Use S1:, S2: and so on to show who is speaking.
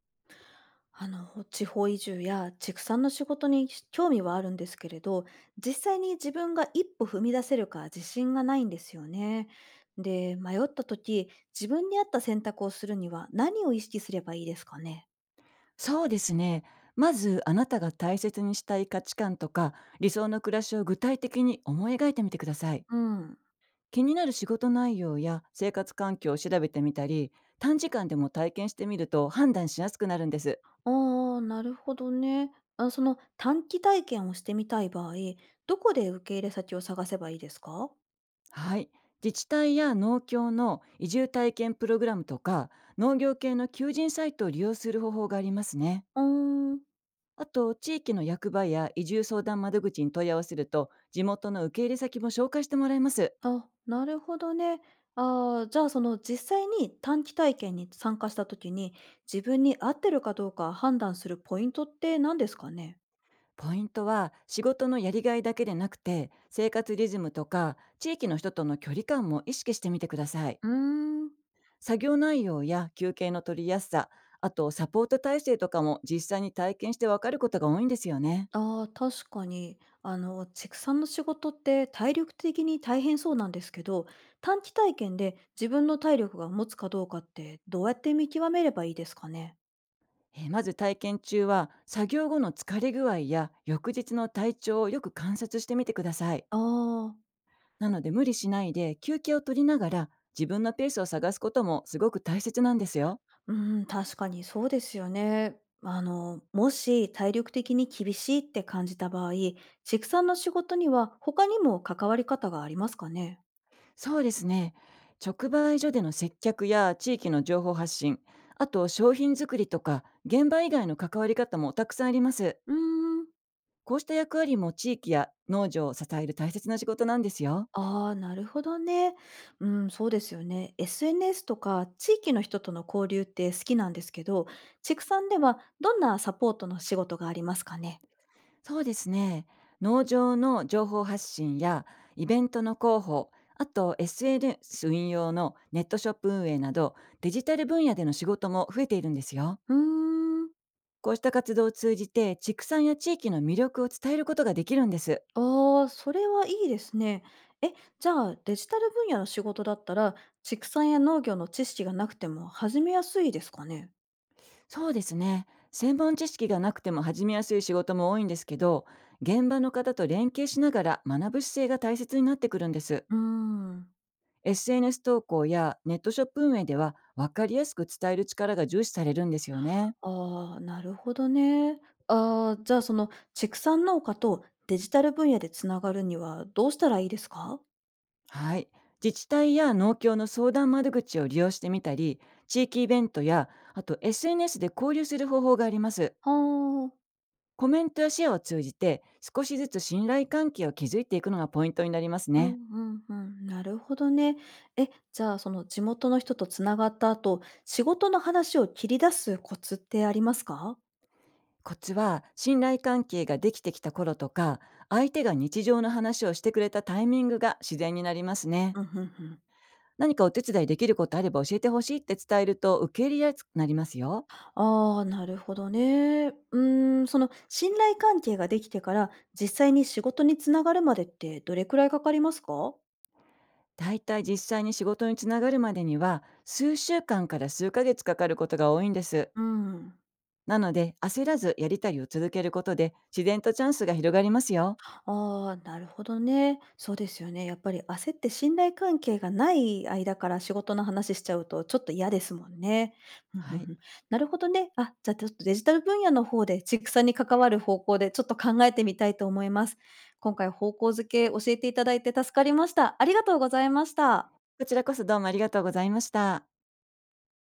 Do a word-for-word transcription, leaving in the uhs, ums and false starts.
S1: あの、地方移住や畜産の仕事に興味はあるんですけれど、実際に自分が一歩踏み出せるか自信がないんですよね。で、迷った時、自分に合った選択をするには何を意識すればいいですかね。
S2: そうですね。まず、あなたが大切にしたい価値観とか、理想の暮らしを具体的に思い描いてみてください。
S1: うん。
S2: 気になる仕事内容や生活環境を調べてみたり、短時間でも体験してみると判断しやすくなるんです。
S1: ああ、なるほどね。あその短期体験をしてみたい場合、どこで受け入れ先を探せばいいですか。
S2: はい。自治体や農協の移住体験プログラムとか、農業系の求人サイトを利用する方法がありますね。
S1: うーん。
S2: あと、地域の役場や移住相談窓口に問い合わせると、地元の受け入れ先も紹介してもらえます。
S1: あ、なるほどね。あーじゃあその実際に短期体験に参加した時に、自分に合ってるかどうか判断するポイントって何ですかね？
S2: ポイントは仕事のやりがいだけでなくて、生活リズムとか地域の人との距離感も意識してみてください。
S1: うーん。
S2: 作業内容や休憩の取りやすさ、あとサポート体制とかも実際に体験してわかることが多いんですよね。
S1: ああ、確かに。あの、畜産の仕事って体力的に大変そうなんですけど、短期体験で自分の体力が持つかどうかってどうやって見極めればいいですかね？
S2: えーまず、体験中は作業後の疲れ具合や翌日の体調をよく観察してみてください。
S1: ああー。
S2: なので、無理しないで休憩を取りながら自分のペースを探すこともすごく大切なんですよ。
S1: うーん、確かにそうですよね。あの、もし体力的に厳しいって感じた場合、畜産の仕事には他にも関わり方がありますかね？
S2: そうですね。直売所での接客や地域の情報発信、あと商品作りとか現場以外の関わり方もたくさんあります。
S1: うーん。
S2: こうした役割も地域や農場を支える大切な仕事なんですよ。
S1: ああ、なるほどね。うん、そうですよね。エスエヌエス とか地域の人との交流って好きなんですけど、畜産ではどんなサポートの仕事がありますかね？
S2: そうですね。農場の情報発信やイベントの広報、あと エスエヌエス 運用のネットショップ運営などデジタル分野での仕事も増えているんですよ。
S1: うーん。
S2: こうした活動を通じて畜産や地域の魅力を伝えることができるんです。
S1: ああ、それはいいですね。え、じゃあ、デジタル分野の仕事だったら、畜産や農業の知識がなくても始めやすいですかね？
S2: そうですね。専門知識がなくても始めやすい仕事も多いんですけど、現場の方と連携しながら学ぶ姿勢が大切になってくるんです。
S1: うーん。
S2: エスエヌエス 投稿やネットショップ運営では、分かりやすく伝える力が重視されるんですよね。
S1: ああ、なるほどね。ああ、じゃあ、その、畜産農家とデジタル分野でつながるにはどうしたらいいですか？
S2: はい。自治体や農協の相談窓口を利用してみたり、地域イベントや、あと エスエヌエス で交流する方法があります。
S1: はあ。
S2: コメントやシェアを通じて少しずつ信頼関係を築いていくのがポイントになります
S1: うん
S2: ね。
S1: うんうん、なるほどね。え、じゃあ、その、地元の人とつながった後、仕事の話を切り出すコツってありますか？
S2: コツは、信頼関係ができてきた頃とか、相手が日常の話をしてくれたタイミングが自然になりますね。
S1: うん、うんうん。
S2: 何かお手伝いできることあれば教えてほしいって伝えると受け入れやすくなりますよ。
S1: ああ、なるほどね。うーん、その信頼関係ができてから実際に仕事につながるまでってどれくらいかかりますか？
S2: だいたい実際に仕事につながるまでには数週間から数ヶ月かかることが多いんです。
S1: うん。
S2: なので焦らず、やりたりを続けることで自然とチャンスが広がりますよ。
S1: ああ、なるほどね。そうですよね。やっぱり焦って信頼関係がない間から仕事の話しちゃうとちょっと嫌ですもんね。ふんふ
S2: は
S1: ん
S2: い、
S1: ふん。なるほどね。あ、じゃあちょっとデジタル分野の方でちくさに関わる方向でちょっと考えてみたいと思います。今回方向づけ教えていただいて助かりました。ありがとうございました。
S2: こちらこそどうもありがとうございました。